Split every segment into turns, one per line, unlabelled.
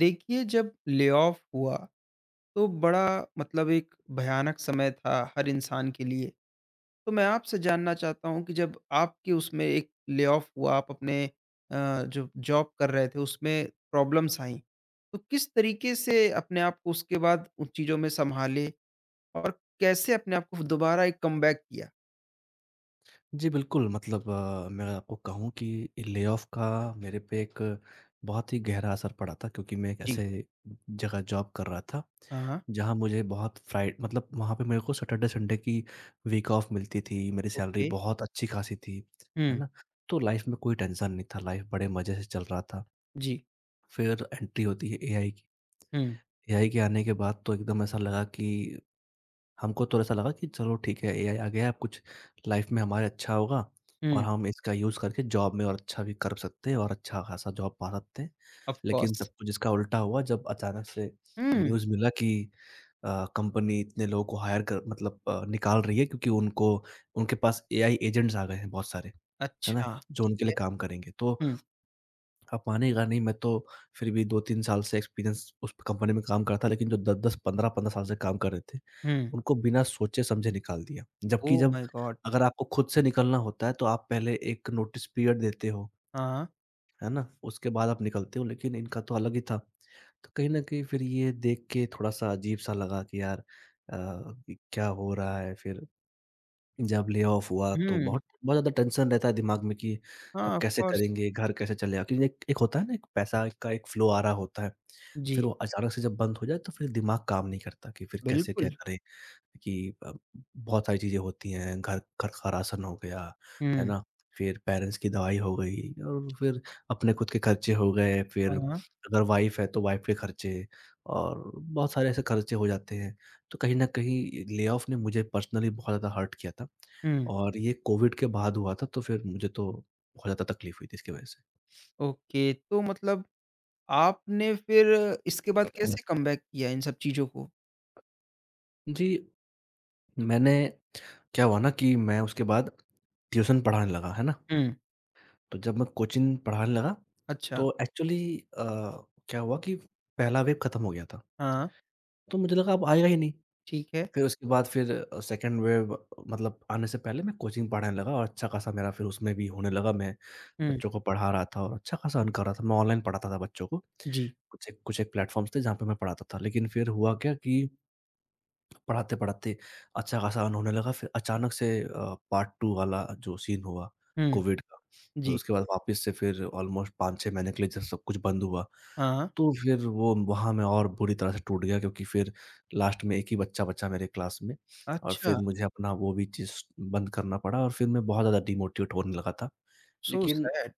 देखिए जब ले-ऑफ हुआ तो बड़ा मतलब एक भयानक समय था हर इंसान के लिए। तो मैं आपसे जानना चाहता हूँ कि जब आपके उसमें एक ले-ऑफ हुआ आप अपने जो जॉब कर रहे थे उसमें प्रॉब्लम्स आईं। तो किस तरीके से अपने आप को उसके बाद उन चीज़ों में सँभाले और कैसे अपने आप को दोबारा एक कमबैक किया?
जी, बिल्कुल मतलब मैं आपको कहूँ कि ले-ऑफ का मेरे पे एक बहुत ही गहरा असर पड़ा था क्योंकि मैं एक
जी।
ऐसे जगह जॉब कर रहा था,
हाँ, हाँ।
जहाँ मुझे बहुत फ्राइ मतलब वहाँ पे मेरे को सैटरडे संडे की वीक ऑफ मिलती थी, मेरी सैलरी
ओके।
बहुत अच्छी खासी थी, है
हुँ।
ना? तो लाइफ़ में कोई टेंशन नहीं था, लाइफ़ बड़े मज़े से चल रहा था।
जी।
फिर एंट्री होती है एआई की,
हुँ,
एआई के आने के बाद तो एकदम ऐसा लगा कि हमको थोड़ा-सा लगा कि चलो ठीक है एआई आ गया है, अब कुछ लाइफ में हमारे अच्छा होगा और
हुँ।
हम इसका यूज़ करके जॉब में और अच्छा भी कर सकते हैं और अच्छा-खासा जॉब पा सकते हैं।
ऑफ़
लेकिन
कोर्स।
सब कुछ इसका उल्टा हुआ जब अचानक से
हुँ।
न्यूज़ मिला कि कंपनी इतने लोगों को हायर कर मतलब निकाल रही है क्योंकि उनको उनके पास एआई एजेंट्स आ गए हैं बहुत सारे, है ना?
अच्छा।
जो
ठीक
उनके
है।
लिए काम करेंगे। तो
हुँ,
अब मानेगा नहीं मैं तो फिर भी 2-3 साल से एक्सपीरियंस उस कंपनी में काम कर रहा था लेकिन जो 10-10, 15-15 साल से काम कर रहे थे,
हुँ।
उनको बिना सोचे समझे निकाल दिया। जबकि
ओह
जब
माय गॉड!
अगर आपको खुद से निकलना होता है तो आप पहले एक नोटिस पीरियड देते हो,
हाँ।
है ना? उसके बाद आप निकलते हो लेकिन इनका तो अलग ही था। तो कहीं न कहीं फिर ये देख के थोड़ा-सा अजीब-सा लगा कि यार कि क्या हो रहा है फिर जब ले ऑफ हुआ तो
हुँ।
बहुत बहुत ज़्यादा टेंशन रहता है दिमाग में कि
हाँ,
अब
ऑफ़
कैसे
कोर्स।
करेंगे, घर कैसे चलेगा? क्योंकि एक एक होता है ना एक पैसा का एक फ्लो आ रहा होता है,
जी,
फिर वो अचानक से जब बंद हो जाए तो फिर दिमाग काम नहीं करता कि फिर कैसे क्या
बिल्कुल।
करें? कि अ, बहुत सारी चीज़ें होती हैं, घर घर का राशन हो गया, है
हुँ।
ना? फिर पेरेंट्स की दवाई हो गई और फिर अपने खुद के खर्चे हो गए, फिर
हाँ।
अगर वाइफ़ है तो वाइफ़ के खर्चे और बहुत सारे ऐसे खर्चे हो जाते हैं। तो कहीं न कहीं ले-ऑफ ने मुझे पर्सनली बहुत ज़्यादा हर्ट किया था
हुँ,
और ये कोविड के बाद हुआ था, तो फिर मुझे तो बहुत ज़्यादा तकलीफ़ हुई थी इसकी वजह से।
ओके तो मतलब आपने फिर इसके बाद कैसे कमबैक किया इन सब चीज़ों को?
जी, मैंने क्या हुआ ना कि मैं उसके बाद ट्यूशन पढ़ाने लगा, है ना?
हुँ।
तो जब मैं कोचिंग पढ़ाने लगा,
अच्छा,
तो एक्चुअली अ, क्या हुआ कि पहला वेव खत्म हो गया था,
हाँ।
तो मुझे लगा अब आएगा ही नहीं।
ठीक है।
फिर उसके बाद फिर सेकंड वेव मतलब आने से पहले मैं कोचिंग पढ़ाने लगा और अच्छा खासा मेरा फिर उसमें भी होने लगा, मैं
हुँ,
बच्चों को पढ़ा रहा था और अच्छा खासा अर्न कर रहा था। मैं ऑनलाइन पढ़ाता था बच्चों को,
जी।
कुछ एक प्लेटफ़ॉर्म्स थे जहाँ पे मैं पढ़ाता था। लेकिन फिर हुआ क्या कि पढ़ाते-पढ़ाते अच्छा खासा अर्न होने लगा, फिर अचानक से पार्ट 2 वाला जो सीन हुआ
हुँ,
कोविड का, तो
जी।
उसके बाद वापस से फिर ऑलमोस्ट 5-6 महीने के लिए जब सब कुछ बंद हुआ,
हाँ।
तो फिर वो वहाँ मैं और बुरी तरह से टूट गया क्योंकि फिर लास्ट में एक ही बच्चा बचा मेरे क्लास में और
अच्छा,
फिर मुझे अपना वो भी चीज़ बंद करना पड़ा और फिर मैं बहुत ज़्यादा डिमोटिवेट होने लगा था।
सो
लेकिन
सैड।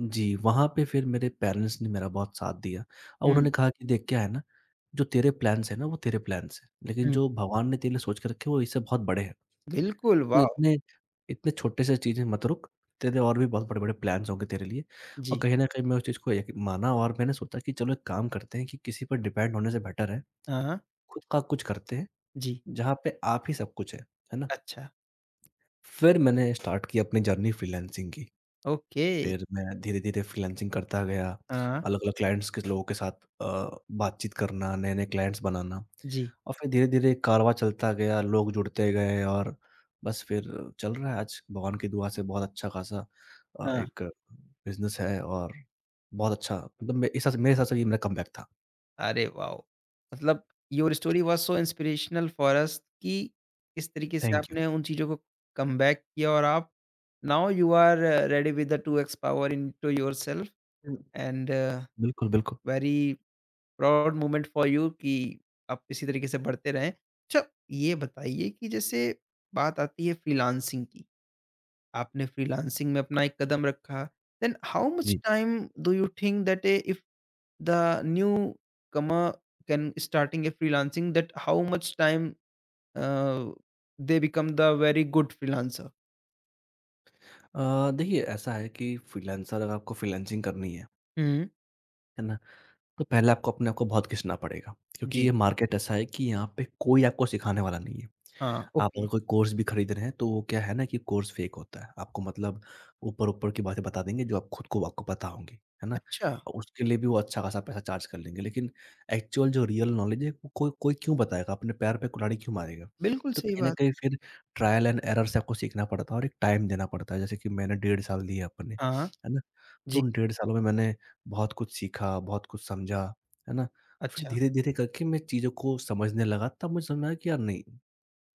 जी, वहाँ पे फिर मेरे पेरेंट्स ने मेरा बहुत साथ दिया और
हुँ,
उन्होंने कहा कि देख क्या है ना, जो तेरे प्लान्स हैं ना वो तेरे प्लान्स हैं, लेकिन
हुँ।
जो भगवान ने तेरे लिए सोच के रखे हैं वो इससे बहुत बड़े हैं।
बिल्कुल,
तो
वाओ!
इतने इतने छोटे से चीज़ में मत रुक, तेरे और भी बहुत बड़े-बड़े प्लान्स होंगे तेरे लिए और
जी।
कहीं न कहीं मैं उस चीज़ को यकी माना और मैंने सोचा कि चलो एक काम करते हैं कि किसी पर डिपेंड होने से बेटर है,
हाँ, हाँ।
खुद का कुछ करते हैं,
जी।
जहाँ पे आप ही सब कुछ है ना?
अच्छा,
फिर मैंने स्टार्ट की अपनी जर्नी फ्रीलांसिंग की।
ओके।
फिर मैं धीरे-धीरे फ्रीलांसिंग करता गया,
हाँ।
अलग-अलग क्लाइंट्स के लोगों के साथ बातचीत करना, नए-नए क्लाइंट्स बनाना
जी,
और फिर धीरे-धीरे कारवाँ चलता गया, लोग जुड़ते गए और बस फिर चल रहा है आज भगवान की दुआ से बहुत अच्छा खासा
हाँ।
एक बिज़नेस है और बहुत अच्छा मतलब मेरे हिसाब से ये मेरा कमबैक था।
अरे वाओ! मतलब your story was so inspirational for us कि किस तरीके से
थैंक यू।
आपने उन चीज़ों को कमबैक किया और आप now you are ready with the 2x power into yourself
हुँ।
एंड
बिल्कुल, बिल्कुल।
Very proud moment for you कि आप इसी तरीके से बढ़ते रहें। अच्छा, ये बताइए कि जैसे बात आती है फ्रीलांसिंग की, आपने फ्रीलांसिंग में अपना एक कदम रखा, देन हाउ मच
जी।
Time do you think that a if the newcomer can starting a freelancing that how much time uh, they become the very good freelancer.
अ, देखिए ऐसा है कि फ्रीलांसर अगर आपको फ्रीलांसिंग करनी
हुँ।
है ना? तो पहले आपको अपने आप को बहुत घिसना पड़ेगा, क्योंकि
जी,
ये मार्केट ऐसा है कि यहाँ पे कोई आपको सिखाने वाला नहीं है।
हाँ,
आप
ओके,
अगर कोई कोर्स भी खरीद रहे हैं तो वो क्या है ना कि कोर्स फ़ेक होता है। आपको मतलब ऊपर-ऊपर की बातें बता देंगे जो आप खुद को आपको पता होंगी, है ना?
अच्छा,
और उसके लिए भी वो अच्छा खासा पैसा चार्ज कर लेंगे, लेकिन एक्चुअल जो रियल नॉलेज है वो कोई कोई क्यों बताएगा? अपने पैर पे कुल्हाड़ी क्यों मारेगा?
बिल्कुल
तो
सही
कहीं न
बात,
कहीं फिर ट्रायल एंड एरर से आपको सीखना पड़ता है और एक टाइम देना पड़ता है, जैसे कि मैंने डेढ़ साल दिए अपने,
हाँ,
है ना? तो
जी,
उन डेढ़ सालों में मैंने बहुत कुछ सीखा, बहुत कुछ समझा, है ना? फिर
अच्छा,
धीरे-धीरे करके मैं चीज़ों को समझने लगा, तब मुझे समझ में आया कि यार नहीं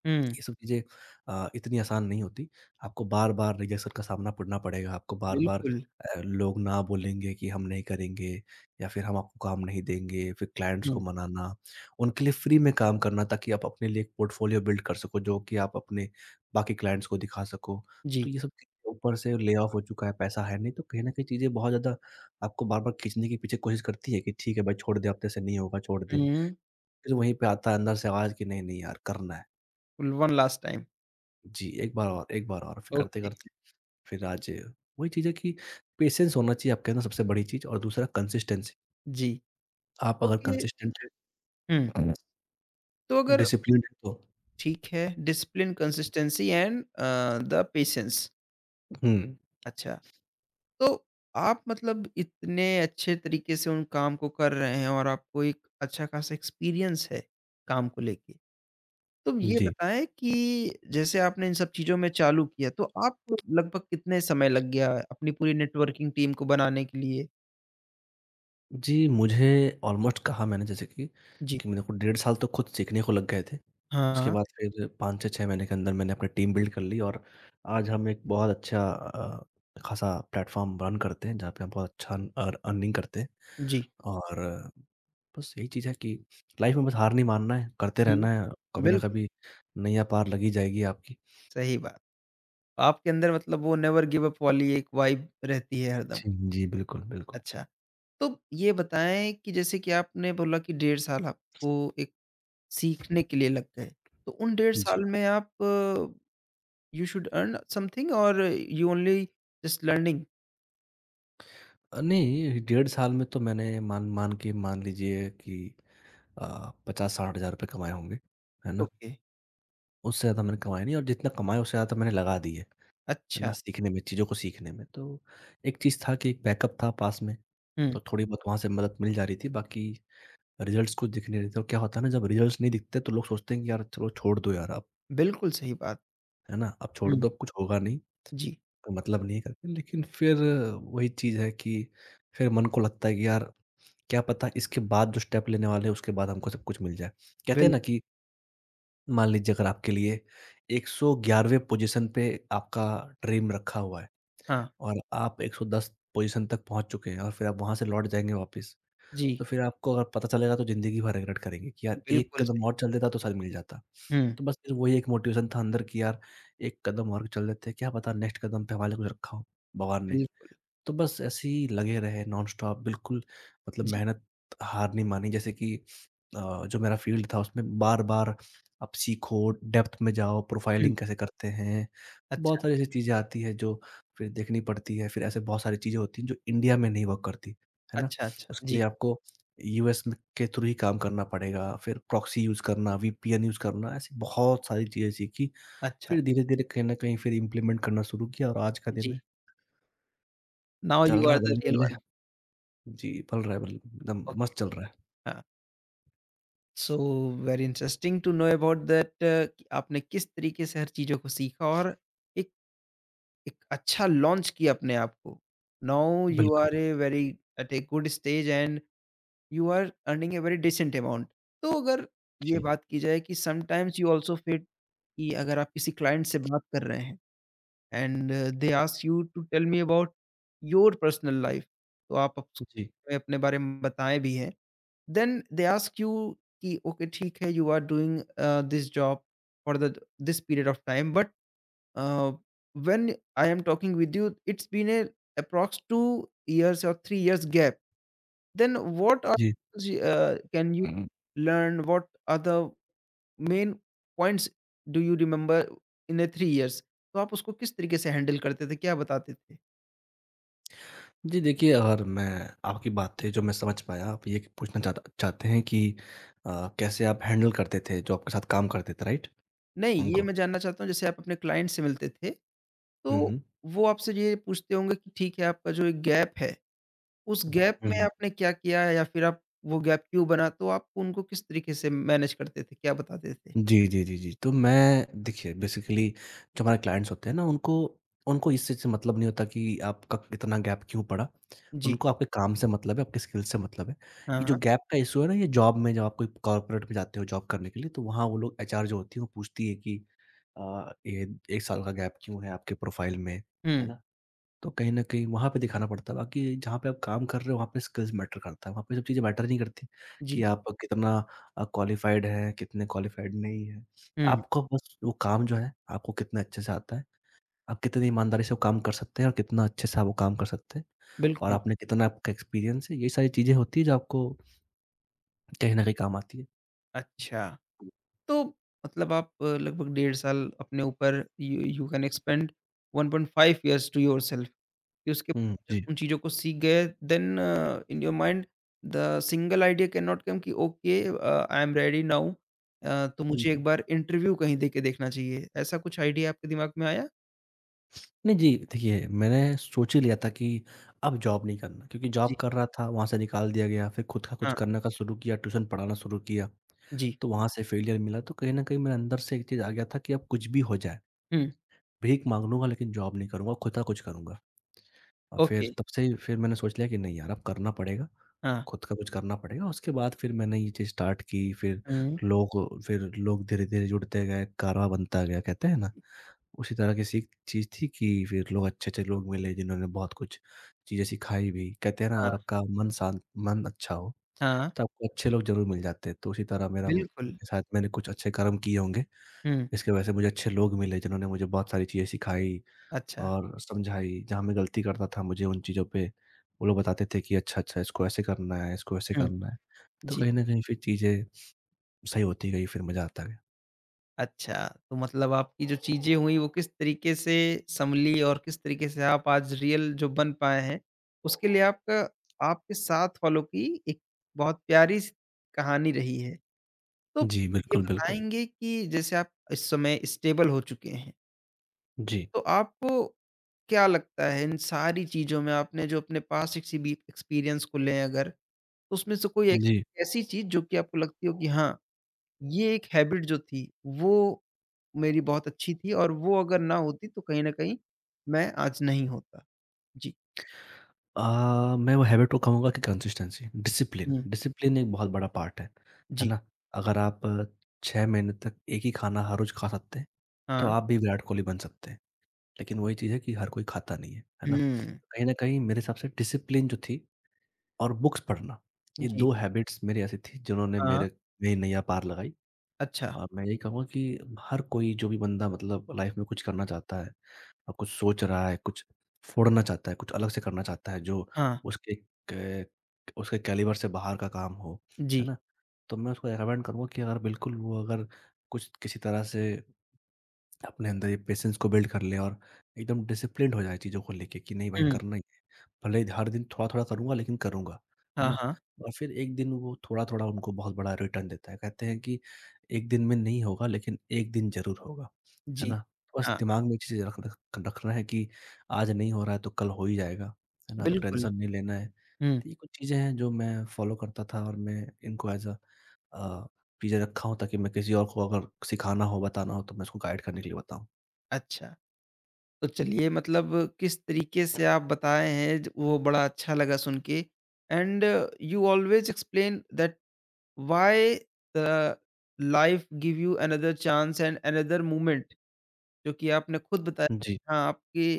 हुँ,
ये सब चीज़ें इतनी आसान नहीं होती। आपको बार-बार रिजेक्शन का सामना पड़ना पड़ेगा, आपको बार-बार
बिल्कुल,
लोग ना बोलेंगे कि हम नहीं करेंगे या फिर हम आपको काम नहीं देंगे, फिर क्लाइंट्स को
हुँ,
मनाना, उनके लिए फ्री में काम करना ताकि आप अपने लिए एक पोर्टफोलियो बिल्ड कर सको, जो कि आप अपने बाकी क्लाइंट्स को दिखा सको।
जी,
तो ये सब चीज़ें ऊपर से ले-ऑफ हो चुका है, पैसा है नहीं, तो कहीं न कहीं चीज़ें बहुत ज़्यादा आपको बार-बार खींचने की पीछे कोशिश करती है कि ठीक है भाई छोड़ दे, अब तेरे से नहीं होगा, छोड़ दे।
हुँ,
फिर वहीं पे आता है अंदर से आवाज़ कि नहीं, नहीं यार करना है।
वन लास्ट टाइम,
जी, एक बार और फिर
ओके,
करते-करते फिर आज वही चीज़ है कि पेशेंस होना चाहिए आपके अंदर सबसे बड़ी चीज़ और दूसरा कंसिस्टेंसी।
जी,
आप अगर
ओके,
कंसिस्टेंट
हुँ,
हैं,
तो अगर
डिसिप्लिन्ड हैं तो
ठीक है discipline, consistency and the patience,
हुँ,
अच्छा। तो आप मतलब इतने अच्छे तरीके से उन काम को कर रहे हैं और आपको एक अच्छा खासा एक्सपीरियंस है काम को लेके। तो ये
जी।
बताएँ कि जैसे आपने इन सब चीज़ों में चालू किया तो आपको लगभग कितने समय लग गया अपनी पूरी नेटवर्किंग टीम को बनाने के लिए?
जी, मुझे ऑलमोस्ट कहा मैंने जैसे कि,
जी।
कि मेरे को डेढ़ साल तो खुद सीखने को लग गए थे। उसके
हाँ।
बाद फिर 5 से 6 महीने के अंदर मैंने अपनी टीम बिल्ड कर ली और आज हम एक बहुत अच्छा खासा प्लेटफ़ॉर्म रन करते हैं, जहाँ पे हम बहुत अच्छा अर अर्निंग करते हैं।
जी।
और बस यही चीज़ है कि लाइफ़ में बस हार नहीं मानना है, करते
हुँ,
रहना है, कभी ना
बिल्कुल,
कभी नैया पार लग ही जाएगी आपकी।
सही बात। आपके अंदर मतलब वो नेवर गिव अप वाली एक वाइब रहती है हरदम।
जी, जी, बिल्कुल, बिल्कुल।
अच्छा, तो ये बताएँ कि जैसे कि आपने बोला कि डेढ़ साल आपको एक सीखने के लिए लग गए। तो उन डेढ़
जी।
साल में आप यू शुड अर्न समथिंग और यू ओनली जस्ट लर्निंग?
नहीं, डेढ़ साल में तो मैंने मान मान के मान लीजिए कि 50-60 हज़ार रुपए कमाए होंगे, है ना?
ओके,
उससे ज़्यादा मैंने कमाए नहीं और जितना कमाया उससे ज़्यादा मैंने लगा दिए, है
अच्छा।
ना? सीखने में, चीज़ों को सीखने में। तो एक चीज़ था कि एक बैकअप था पास में,
हुँ,
तो थोड़ी बहुत वहाँ से मदद मिल जा रही थी, बाकी रिज़ल्ट्स कुछ दिख नहीं रहे थे और क्या होता है ना जब रिज़ल्ट्स नहीं दिखते तो लोग सोचते हैं कि यार चलो छोड़ दो यार अब,
बिल्कुल सही बात।
है ना? अब छोड़
हुँ,
दो, अब कुछ होगा नहीं
जी,
कोई मतलब नहीं करते लेकिन फिर वही चीज़ है कि फिर मन को लगता है कि यार, क्या पता इसके बाद जो स्टेप लेने वाले हैं उसके बाद हमको सब कुछ मिल जाए। कहते हैं ना
बिल्कुल,
कि मान लीजिए अगर आपके लिए 111वें पोज़ीशन पे आपका ड्रीम रखा हुआ है
हाँ,
और आप 110 पोज़ीशन तक पहुँच चुके हैं और फिर आप वहाँ से लौट जाएँगे वापस, तो
जी,
फिर आपको अगर पता चलेगा तो ज़िंदगी भर रिग्रेट करेंगे कि यार एक
बिल्कुल
कदम
सही।
और चल देता तो शायद मिल जाता।
हुँ,
तो बस फिर वही एक मोटिवेशन था अंदर कि यार एक कदम और चल देते, क्या पता नेक्स्ट कदम पे हमारे लिए कुछ रखा हो भगवान ने।
बिल्कुल,
तो बस ऐसे ही लगे रहे नॉनस्टॉप बिल्कुल मतलब
जी,
मेहनत हार नहीं मानी जैसे कि जो मेरा फील्ड था उसमें बार-बार आप सीखो, डेप्थ में जाओ,
हुँ,
प्रोफाइलिंग कैसे करते हैं,
अच्छा,
बहुत सारी ऐसी चीज़ें आती हैं जो फिर देखनी पड़ती है, फिर ऐसे बहुत सारी चीज़ें होती हैं जो इंडिया में नहीं वर्क करती, है ना?
अच्छा, अच्छा,
उसके
जी,
लिए आपको यूएस में के थ्रू ही काम करना पड़ेगा, फिर प्रॉक्सी यूज़ करना, वीपीएन यूज़ करना, ऐसी बहुत सारी चीज़ें सीखी।
अच्छा,
फिर धीरे-धीरे कहीं न कहीं फिर इम्प्लीमेंट करना शुरू किया और आज का दिन
जी,
है,
नाउ
चल
यू
रहा
आर
है
द रियल
बल्ले-बल्ले।
वन,
जी, पल रहा है बिल्कुल, एकदम मस्त
ओके,
चल रहा है।
हाँ। So very interesting to know about that कि आपने किस तरीके से हर चीज़ों को सीखा और एक एक अच्छा लॉन्च किया अपने आप को। नाउ हुँ। यू
बिल्कुल,
are a very at a good stage and you are earning a very decent amount. तो अगर ये
जी,
बात की जाए कि समटाइम्स यू आल्सो फील कि अगर आप किसी क्लाइंट से बात कर रहे हैं and they ask you to tell me about your personal life तो आप अप्स
जी,
में अपने बारे में बताएँ भी हैं। देन दे आस्क यू कि ओके ठीक है you are doing this job for the this period of time but uh, when I am talking with you, it's been a approx 2 years or 3 years gap. Then what are,
जी।
can you
हम्म।
learn? What are the main points do you remember in a 3 years? तो आप उसको किस तरीके से handle करते थे? क्या बताते थे?
जी, देखिए अगर मैं आपकी बातें जो मैं समझ पाया आप ये पूछना चाहता चाहते हैं कि कैसे आप हैंडल करते थे जो आपके साथ काम करते थे, राइट?
नहीं, ये
उनको।
मैं जानना चाहता हूँ जैसे आप अपने क्लाइंट से मिलते थे,
हुँ,
तो
हुँ।
वो आपसे ये पूछते होंगे कि ठीक है आपका जो एक गैप है उस
हुँ,
गैप में
हुँ।
आपने क्या किया है या फिर आप वो गैप क्यों बना? तो आप उनको किस तरीके से मैनेज करते थे? क्या बताते थे?
जी, जी, जी, जी। तो मैं देखिए बेसिकली जो हमारे क्लाइंट्स होते हैं ना उनको उनको इस चीज़ से मतलब नहीं होता कि आपका इतना गैप क्यों पड़ा।
जी।
उनको आपके काम से मतलब है, आपके स्किल से मतलब है।
हाँ,
ये जो
हाँ।
गैप का इश्यू है ना ये जॉब में जब आप कोई कॉर्पोरेट में जाते हो जॉब करने के लिए तो वहाँ वो लोग एचआर जो होती है वो पूछती है कि ये 1 साल का गैप क्यों है आपके प्रोफाइल में, है
हुँ,
ना? तो कहीं न कहीं वहाँ पे दिखाना पड़ता है। बाकी जहाँ पे आप काम कर रहे हो, वहाँ पे स्किल्स मैटर करता है। वहाँ पे ये सब चीज़ें मैटर नहीं करती कि
जी।
आप कितना क्वालिफ़ाइड हैं, कितने क्वालिफ़ाइड नहीं हैं।
हुँ,
आपको बस वो काम जो है, आपको कितना अच्छे से आता है, आप कितनी ईमानदारी से वो काम कर सकते हैं और कितना अच्छे से आप वो काम कर सकते हैं और
बिल्कुल।
आपने कितना आपका एक्सपीरियंस है, ये सारी चीज़ें होती हैं जो आपको कहीं न कहीं काम आती है।
अच्छा, तो मतलब आप लगभग डेढ़ साल अपने ऊपर you you can expend 1.5 years to yourself कि उसके
हुँ,
बाद जब
जी।
उन चीज़ों को सीख गए then in your mind the single idea can not come कि okay I am ready now तो
हुँ,
मुझे एक
हुँ।
बार इंटरव्यू कहीं देके देखना चाहिए। ऐसा कुछ आइडिया आपके दिमाग में आया?
नहीं जी, देखिए मैंने सोच ही लिया था कि अब जॉब नहीं करना क्योंकि जॉब कर रहा था, वहाँ से निकाल दिया गया, फिर खुद का कुछ
हाँ।
करने का शुरू किया, ट्यूशन पढ़ाना शुरू किया,
जी,
तो वहाँ से फेलियर मिला। तो कहीं न कहीं मेरे अंदर से एक चीज़ आ गया था कि अब कुछ भी हो जाए,
हुँ।
भीख माँग लूँगा लेकिन जॉब नहीं करूँगा, खुद का कुछ करूँगा। और फिर
ओके,
तब से ही फिर मैंने सोच लिया कि नहीं यार, अब करना पड़ेगा,
हाँ।
खुद का कुछ करना पड़ेगा। उसके बाद फिर मैंने ये चीज़ स्टार्ट की,
हुँ।
लोग फिर लोग धीरे-धीरे जुड़ते गए, कारवां बनता गया, कहते हैं ना? उसी तरह की सीख चीज़ थी कि फिर लोग अच्छे-अच्छे लोग मिले जिन्होंने बहुत कुछ चीज़ें सिखाई भी। कहते हैं ना
हाँ,
अगर आपका मन शांत मन अच्छा हो,
हाँ,
तो आपको अच्छे लोग ज़रूर मिल जाते हैं। तो उसी तरह मेरा म
बिल्कुल।
शायद मैंने कुछ अच्छे कर्म किए होंगे,
हुँ।
इसकी वजह से मुझे अच्छे लोग मिले जिन्होंने मुझे बहुत सारी चीज़ें सिखाई
अच्छा।
और समझाई। जहाँ मैं गलती करता था मुझे उन चीज़ों पे वो लोग बताते थे कि अच्छा-अच्छा इसको ऐसे करना है, इसको ऐसे
हुँ,
करना है। तो
जी।
कहीं न कहीं फिर चीज़ें सही होती गई, फिर मज़ा आता गया।
अच्छा, तो मतलब आपकी जो चीज़ें हुई वो किस तरीके से सँभली और किस तरीके से आप आज रियल जो बन पाए हैं, उसके लिए आपका आपके साथ वालों की एक बहुत प्यारी सी कहानी रही है। तो
जी,
ये
बिल्कुल, बिल्कुल।
बताएँगे कि जैसे आप इस समय स्टेबल हो चुके हैं,
जी।
तो आपको क्या लगता है इन सारी चीज़ों में आपने जो अपने पास एक सीबी एक्सपीरियंस को लें अगर, तो उसमें से कोई एक
जी।
ऐसी चीज़ जो कि आपको लगती हो कि हाँ, ये एक हैबिट जो थी, वो मेरी बहुत अच्छी थी और वो अगर ना होती तो कहीं न कहीं मैं आज नहीं होता। जी।
मैं वो हैबिट को कहूँगा कि कंसिस्टेंसी, डिसिप्लिन,
हुँ,
डिसिप्लिन एक बहुत बड़ा पार्ट है
जी।
ना? अगर आप 6 महीने तक एक ही खाना हर रोज़ खा सकते हैं, तो
हाँ।
आप भी विराट कोहली बन सकते हैं। लेकिन वही चीज़ है कि हर कोई खाता नहीं है, है ना?
हुँ।
कहीं न कहीं मेरे हिसाब से डिसिप्लिन जो थी और बुक्स पढ़ना, ये
जी।
2 हैबिट्स मेरी ऐसी थी जिन्होंने
हाँ।
मेरे मेरी नैया पार लगाई
अच्छा।
और मैं यही कहूँगा कि हर कोई जो भी बंदा मतलब लाइफ़ में कुछ करना चाहता है कुछ सोच रहा है, कुछ फोड़ना चाहता है, कुछ अलग से करना चाहता है जो
हाँ।
उसके क उसके कैलिबर से बाहर का काम हो, है
जी।
ना? तो मैं उसको रिकमेंड करूँगा कि अगर बिल्कुल वो अगर कुछ किसी तरह से अपने अंदर ये पेशेंस को बिल्ड कर ले और एकदम डिसिप्लिन्ड हो जाए चीज़ों को लेके कि नहीं भाई
हुँ।
करना ही भले ही हर दिन थोड़ा-थोड़ा करूँगा लेकिन करूँगा, है
हाँ,
ना?
हाँ।
और फिर एक दिन वो थोड़ा-थोड़ा उनको बहुत बड़ा रिटर्न देता है। कहते हैं कि एक दिन में नहीं होगा लेकिन एक दिन ज़रूर होगा, है
जी।
ना? बस
हाँ,
दिमाग में ये चीज़ें रख रख रखना है कि आज नहीं हो रहा है तो कल हो ही जाएगा, है ना? तो
बिल्कुल।
टेंशन नहीं लेना है।
हुँ।
तो ये कुछ चीज़ें हैं जो मैं फॉलो करता था और मैं इनको एज़ अ अ, चीज़ें रखा हूँ ताकि मैं किसी और को अगर सिखाना हो, बताना हो तो मैं उसको गाइड करने के लिए बताऊँ।
अच्छा। तो चलिए मतलब किस तरीके से आप बताए हैं ज वो बड़ा अच्छा लगा सुन के and you always explain that why the life give you another chance and another moment जो कि आपने खुद बताया,
जी।
हाँ, आपके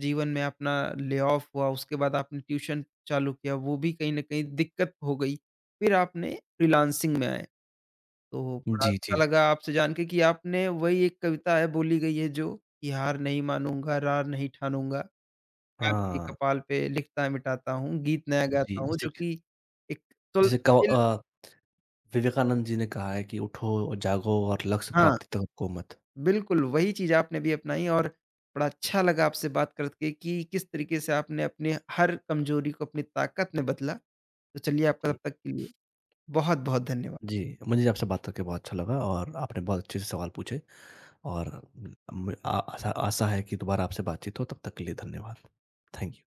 जीवन में अपना ले-ऑफ हुआ, उसके बाद आपने ट्यूशन चालू किया, वो भी कहीं न कहीं दिक्कत हो गई। फिर आपने फ्रीलांसिंग में आए। तो बड़ा
जी,
अच्छा
जी।
लगा आपसे जान के कि आपने वही एक कविता है, बोली गई है जो कि हार नहीं मानूँगा, रार नहीं ठानूँगा, काल के
हाँ।
कपाल पे लिखता मिटाता हूँ, गीत नया
जी,
गाता हूँ,
जैसे
जो कि एक
जैसे कव
तुलसिल,
अ विवेकानंद जी ने कहा है कि उठो और जागो और लक्ष्य
हाँ।
प्राप्ति तक रुको मत।
बिल्कुल, वही चीज़ आपने भी अपनाई और बड़ा अच्छा लगा आपसे बात करके कि किस तरीके से आपने अपने हर कमज़ोरी को अपनी ताकत में बदला। तो चलिए आपका तब
जी,
तक के लिए बहुत-बहुत धन्यवाद।
जी, मुझे आपसे बात करके बहुत अच्छा लगा और आपने बहुत अच्छे से सवाल पूछे और म आ आशा आशा है कि दोबारा आपसे बातचीत हो, तब तक के लिए धन्यवाद। Thank you.